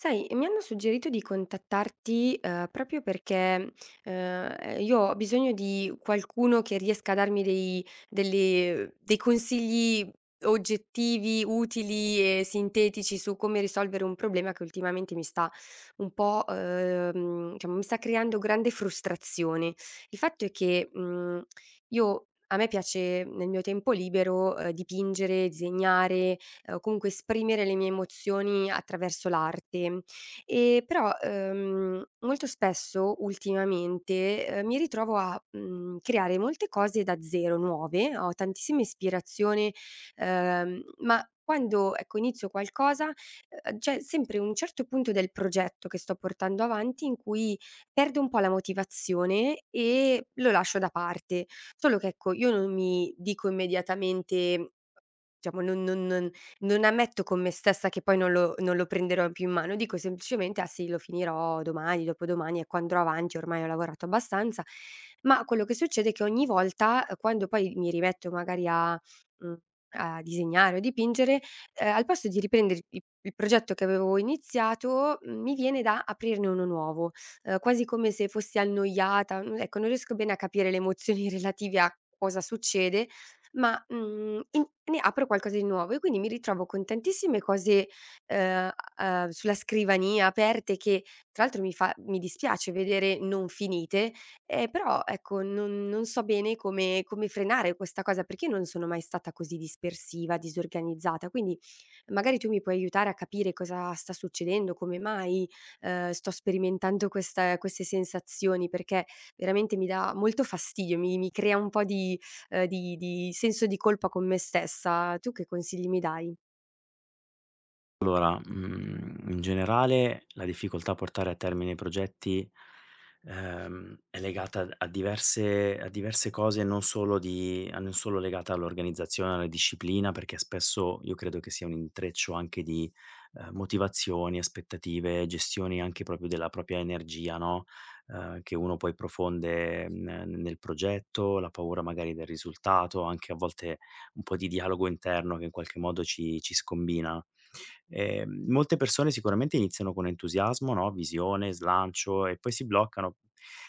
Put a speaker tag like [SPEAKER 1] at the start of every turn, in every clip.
[SPEAKER 1] Sai, mi hanno suggerito di contattarti, proprio perché, io ho bisogno di qualcuno che riesca a darmi dei consigli oggettivi, utili e sintetici su come risolvere un problema che ultimamente mi sta un po', diciamo mi sta creando grande frustrazione. Il fatto è che, io a me piace nel mio tempo libero, dipingere, disegnare, o comunque esprimere le mie emozioni attraverso l'arte. Però, molto spesso ultimamente, mi ritrovo a, creare molte cose da zero, nuove. Ho tantissima ispirazione, ma quando, ecco, inizio qualcosa, c'è sempre un certo punto del progetto che sto portando avanti in cui perdo un po' la motivazione e lo lascio da parte. Solo che, ecco, io non mi dico immediatamente. Diciamo, non ammetto con me stessa che poi non lo prenderò più in mano, dico semplicemente: "Ah sì, lo finirò domani, dopodomani e qua andrò avanti, ormai ho lavorato abbastanza". Ma quello che succede è che ogni volta, quando poi mi rimetto magari mhmm, a disegnare o dipingere, al posto di riprendere i il progetto che avevo iniziato, mi viene da aprirne uno nuovo, quasi come se fossi annoiata, ecco, non riesco bene a capire le emozioni relative a cosa succede, ma, mhmm, in ne apro qualcosa di nuovo e quindi mi ritrovo con tantissime cose, ehm, sulla scrivania aperte che tra l'altro mi dispiace vedere non finite, però ecco, non so bene come frenare questa cosa, perché io non sono mai stata così dispersiva, disorganizzata. Quindi magari tu mi puoi aiutare a capire cosa sta succedendo, come mai, sto sperimentando questa queste sensazioni, perché veramente mi dà molto fastidio, mi crea un po' di, di senso di colpa con me stessa. Tu che consigli mi dai?
[SPEAKER 2] Allora, mhmm, in generale la difficoltà a portare a termine i progetti, è legata a diverse cose, non solo di a non solo legata all'organizzazione, alla disciplina, perché spesso io credo che sia un intreccio anche di motivazioni, aspettative, gestioni anche proprio della propria energia, no, che uno poi profonde n nel progetto, la paura magari del risultato, anche a volte un po' di dialogo interno che in qualche modo ci scombina. Molte persone sicuramente iniziano con entusiasmo, no, visione, slancio e poi si bloccano,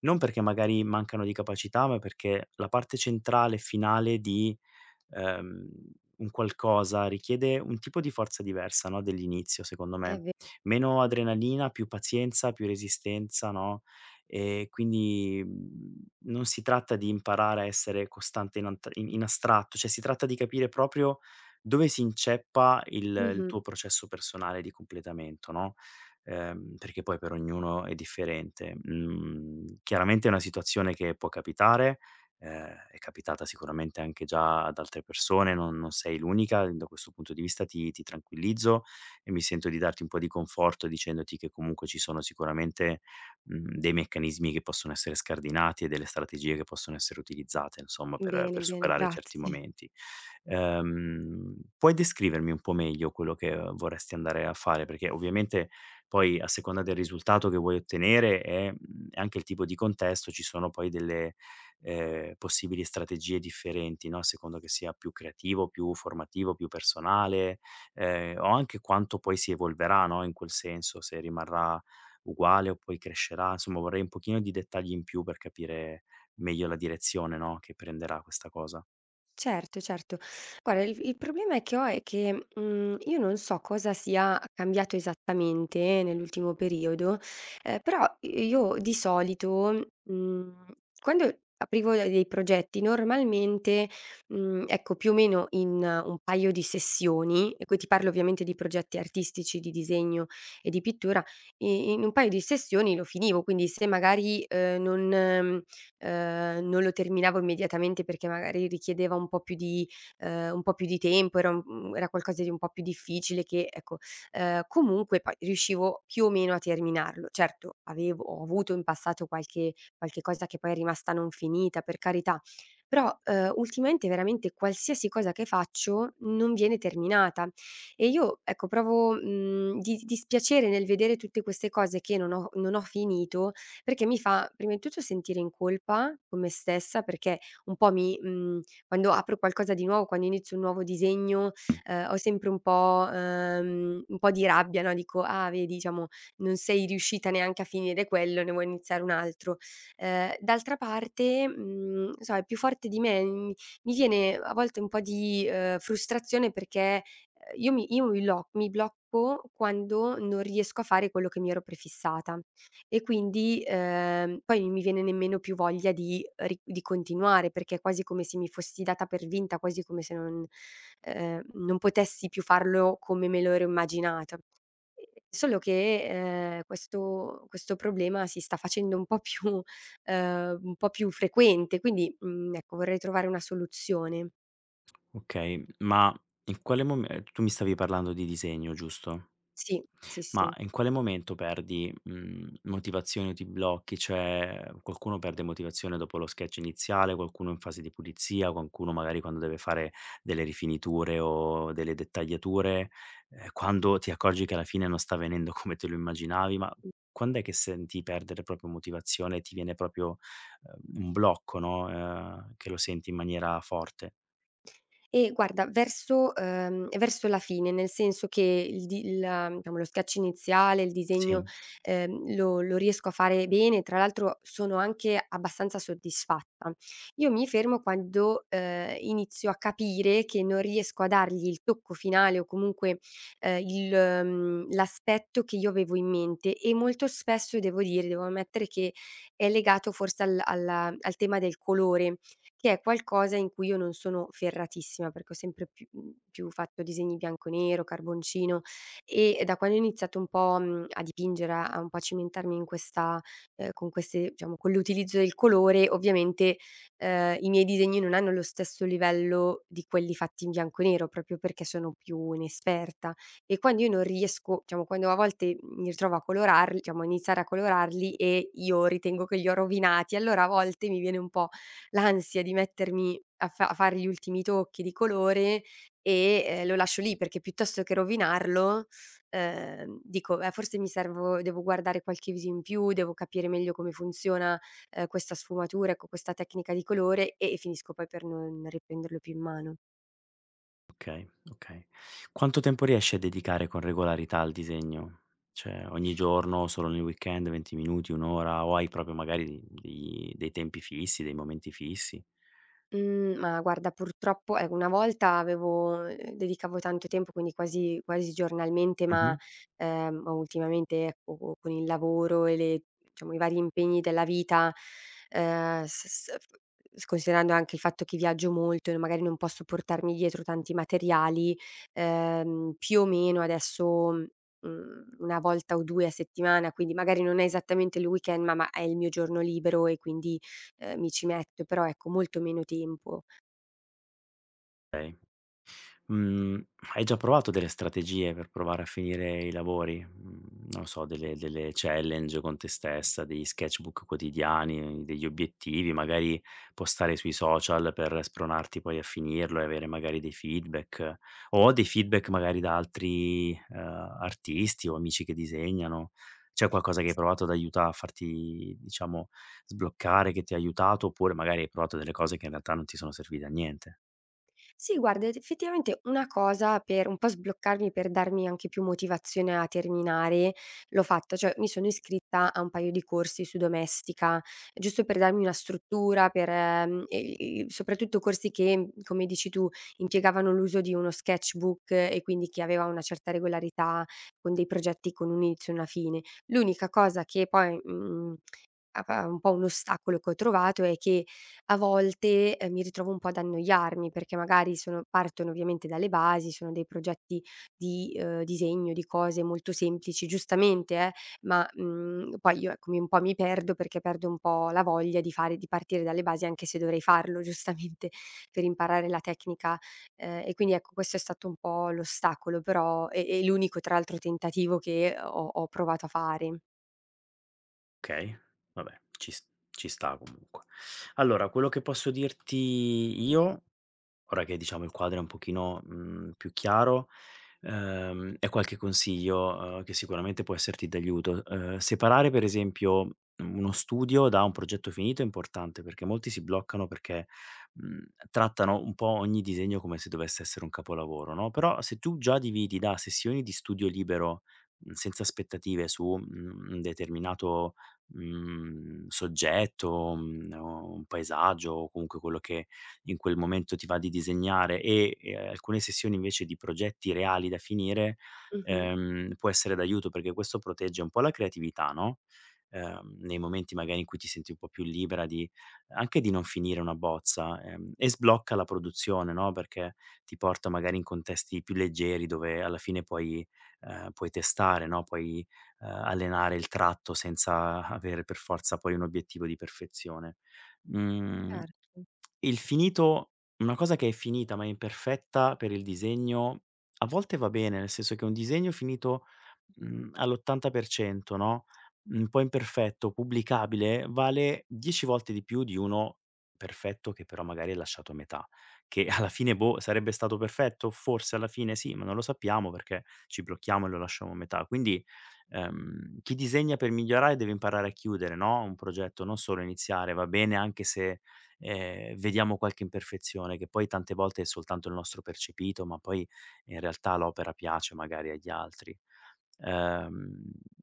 [SPEAKER 2] non perché magari mancano di capacità, ma perché la parte centrale finale di ehm, un qualcosa, richiede un tipo di forza diversa, no, dell'inizio secondo
[SPEAKER 1] È
[SPEAKER 2] me.
[SPEAKER 1] vero.
[SPEAKER 2] Meno adrenalina, più pazienza, più resistenza, no, e quindi, mhmm, non si tratta di imparare a essere costante in ant in in astratto, cioè si tratta di capire proprio dove si inceppa il
[SPEAKER 1] Mh-mh.
[SPEAKER 2] tuo processo personale di completamento, no, perché poi per ognuno è differente. Mhmm, chiaramente è una situazione che può capitare. È capitata sicuramente anche già ad altre persone, non sei l'unica, da questo punto di vista ti tranquillizzo e mi sento di darti un po' di conforto dicendoti che comunque ci sono sicuramente, mhmm, dei meccanismi che possono essere scardinati e delle strategie che possono essere utilizzate insomma per
[SPEAKER 1] Bene,
[SPEAKER 2] per
[SPEAKER 1] bene,
[SPEAKER 2] superare certi
[SPEAKER 1] grazie.
[SPEAKER 2] momenti. Puoi descrivermi un po' meglio quello che vorresti andare a fare? Perché ovviamente poi a seconda del risultato che vuoi ottenere e, mhmm, anche il tipo di contesto, ci sono poi delle possibili strategie differenti, no, a seconda che sia più creativo, più formativo, più personale, o anche quanto poi si evolverà, no, in quel senso, se rimarrà uguale o poi crescerà. Insomma, vorrei un pochino di dettagli in più per capire meglio la direzione, no, che prenderà questa cosa.
[SPEAKER 1] Certo, certo. Guarda, il problema che ho è che, io non so cosa sia cambiato esattamente nell'ultimo periodo, però i io di solito, quando aprivo de dei progetti normalmente, ecco, più o meno in, un paio di sessioni, e qui ti parlo ovviamente di progetti artistici, di disegno e di pittura, i in un paio di sessioni lo finivo. Quindi se magari, non, non lo terminavo immediatamente perché magari richiedeva un po' più di tempo, era qualcosa di un po' più difficile che, ecco, comunque poi riuscivo più o meno a terminarlo. Certo, avevo ho avuto in passato qualche cosa che poi è rimasta non finita, per carità, però, ultimamente veramente qualsiasi cosa che faccio non viene terminata e io, ecco, provo, di dispiacere nel vedere tutte queste cose che non ho finito, perché mi fa prima di tutto sentire in colpa con me stessa, perché un po' mi mhmm, quando apro qualcosa di nuovo, quando inizio un nuovo disegno, ho sempre un po' di rabbia, no, dico: "Ah vedi, diciamo, non sei riuscita neanche a finire quello, ne vuoi iniziare un altro". D'altra parte, non so, è più forte di me, mi viene a volte un po' di, frustrazione perché, io mi lo mi blocco quando non riesco a fare quello che mi ero prefissata. E quindi, poi non mi viene nemmeno più voglia di continuare, perché è quasi come se mi fossi data per vinta, quasi come se non, non potessi più farlo come me lo ero immaginata. Solo che, questo problema si sta facendo un po' più un po' più frequente. Quindi, ecco, vorrei trovare una soluzione.
[SPEAKER 2] Okay, ma in quale mome tu mi stavi parlando di disegno, giusto?
[SPEAKER 1] Sì, sì,
[SPEAKER 2] Ma
[SPEAKER 1] sì.
[SPEAKER 2] in quale momento perdi, mhmm, motivazione o ti blocchi? Cioè, qualcuno perde motivazione dopo lo sketch iniziale, qualcuno in fase di pulizia, qualcuno magari quando deve fare delle rifiniture o delle dettagliature, quando ti accorgi che alla fine non sta venendo come te lo immaginavi, ma quand'è che senti perdere proprio motivazione e ti viene proprio, un blocco, no, che lo senti in maniera forte?
[SPEAKER 1] E guarda, verso la fine, nel senso che, il di il ah, diciamo, lo sketch iniziale, il disegno,
[SPEAKER 2] Sì.
[SPEAKER 1] lo riesco a fare bene, tra l'altro sono anche abbastanza soddisfatta. Io mi fermo quando, inizio a capire che non riesco a dargli il tocco finale o comunque, l'aspetto che io avevo in mente, e molto spesso devo dire, devo ammettere che è legato forse al tema del colore. Che è qualcosa in cui io non sono ferratissima, perché ho sempre più, più fatto disegni bianco e nero, carboncino, e da quando ho iniziato un po', a dipingere, a un po' a cimentarmi in questa con queste, diciamo, con l'utilizzo del colore, ovviamente, i miei disegni non hanno lo stesso livello di quelli fatti in bianco e nero, proprio perché sono più inesperta. E quando io non riesco, diciamo, quando a volte mi ritrovo a colorarli, diciamo, a iniziare a colorarli e io ritengo che li ho rovinati, allora a volte mi viene un po' l'ansia di mettermi a fare gli ultimi tocchi di colore e, lo lascio lì, perché piuttosto che rovinarlo, dico: forse mi servo devo guardare qualche viso in più, devo capire meglio come funziona, questa sfumatura, ecco, questa tecnica di colore", e finisco poi per non riprenderlo più in mano.
[SPEAKER 2] Okay, okay. Quanto tempo riesci a dedicare con regolarità al disegno? Cioè ogni giorno, solo nel weekend, 20 minuti, 1 ora o hai proprio magari degli dei tempi fissi, dei momenti fissi?
[SPEAKER 1] Mhmm, ma guarda, purtroppo, ecco, una volta, avevo dedicavo tanto tempo, quindi quasi quasi giornalmente, ma,
[SPEAKER 2] Mh-mh.
[SPEAKER 1] ultimamente ecco, co con il lavoro e le diciamo i vari impegni della vita, s s f s considerando anche il fatto che viaggio molto e magari non posso portarmi dietro tanti materiali, più o meno adesso, 1 volta o 2 a settimana, quindi magari non è esattamente il weekend, ma è il mio giorno libero. E quindi, mi ci metto, però ecco molto meno tempo.
[SPEAKER 2] Okay. Mhmm, hai già provato delle strategie per provare a finire i lavori? Mhmm, non so, delle challenge con te stessa, degli sketchbook quotidiani, degli obiettivi, magari postare sui social per spronarti poi a finirlo e avere magari dei feedback, o dei feedback magari da altri, artisti o amici che disegnano. C'è qualcosa che hai provato ad aiuta a farti, diciamo, sbloccare, che ti ha aiutato, oppure magari hai provato delle cose che in realtà non ti sono servite a niente?
[SPEAKER 1] Sì, guarda, ed effettivamente una cosa per un po' sbloccarmi, per darmi anche più motivazione a terminare, l'ho fatta, cioè mi sono iscritta a un paio di corsi su domestica, giusto per darmi una struttura, per e i soprattutto corsi che, come dici tu, impiegavano l'uso di uno sketchbook, e quindi che aveva una certa regolarità, con dei progetti con un inizio e una fine. L'unica cosa che poi, mhmm A pa un po' un ostacolo che ho trovato è che a volte, mi ritrovo un po' ad annoiarmi, perché magari sono partono ovviamente dalle basi, sono dei progetti di, disegno, di cose molto semplici, giustamente, ma, poi io, ecco, mi un po' mi perdo, perché perdo un po' la voglia di partire dalle basi, anche se dovrei farlo giustamente per imparare la tecnica, e quindi ecco, questo è stato un po' l'ostacolo, però è l'unico tra l'altro tentativo che ho provato a fare.
[SPEAKER 2] Okay, vabbè, ci sta comunque. Allora, quello che posso dirti io, ora che diciamo il quadro è un pochino, mhmm, più chiaro, è qualche consiglio, che sicuramente può esserti d'aiuto. Separare per esempio uno studio da un progetto finito è importante, perché molti si bloccano perché, mhmm, trattano un po' ogni disegno come se dovesse essere un capolavoro, no, però se tu già dividi da sessioni di studio libero, mhmm, senza aspettative su, mhmm, un determinato, mhmm, soggetto, mhmm, o un paesaggio o comunque quello che in quel momento ti va di disegnare e, alcune sessioni invece di progetti reali da finire,
[SPEAKER 1] Mh-mh.
[SPEAKER 2] può essere d'aiuto perché questo protegge un po' la creatività, no, nei momenti magari in cui ti senti un po' più libera di anche di non finire una bozza, e sblocca la produzione, no, perché ti porta magari in contesti più leggeri dove alla fine puoi puoi testare, no, puoi, allenare il tratto senza avere per forza poi un obiettivo di perfezione. Mhmm,
[SPEAKER 1] Cer
[SPEAKER 2] il finito, una cosa che è finita ma è imperfetta per il disegno, a volte va bene, nel senso che un disegno finito, mhmm, all'80%, no, un po' imperfetto, pubblicabile, vale 10 volte di più di uno perfetto che però magari è lasciato a metà, che alla fine, boh, sarebbe stato perfetto? Forse alla fine sì, ma non lo sappiamo perché ci blocchiamo e lo lasciamo a metà. Quindi, chi disegna per migliorare deve imparare a chiudere, no, un progetto, non solo iniziare. Va bene anche se vediamo qualche imperfezione che poi tante volte è soltanto il nostro percepito, ma poi in realtà l'opera piace magari agli altri. Ehm,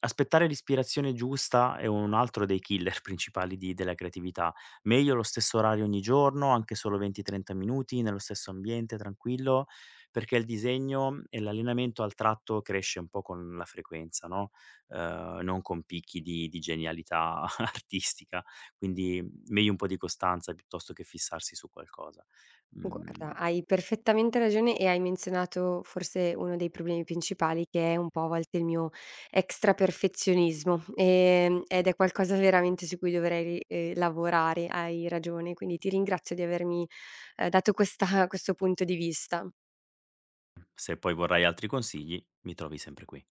[SPEAKER 2] Aspettare l'ispirazione giusta è un altro dei killer principali di della creatività. Meglio lo stesso orario ogni giorno, anche solo 20, 30 minuti, nello stesso ambiente, tranquillo, perché il disegno e l'allenamento al tratto cresce un po' con la frequenza, no, non con picchi di genialità artistica. Quindi meglio un po' di costanza piuttosto che fissarsi su qualcosa.
[SPEAKER 1] Guarda,
[SPEAKER 2] Mhmm,
[SPEAKER 1] hai perfettamente ragione e hai menzionato forse uno dei problemi principali, che è un po' a volte il mio extra perfezionismo, ed è qualcosa veramente su cui dovrei, lavorare, hai ragione. Quindi ti ringrazio di avermi, dato questa questo punto di vista.
[SPEAKER 2] se poi vorrai altri consigli, mi trovi sempre qui.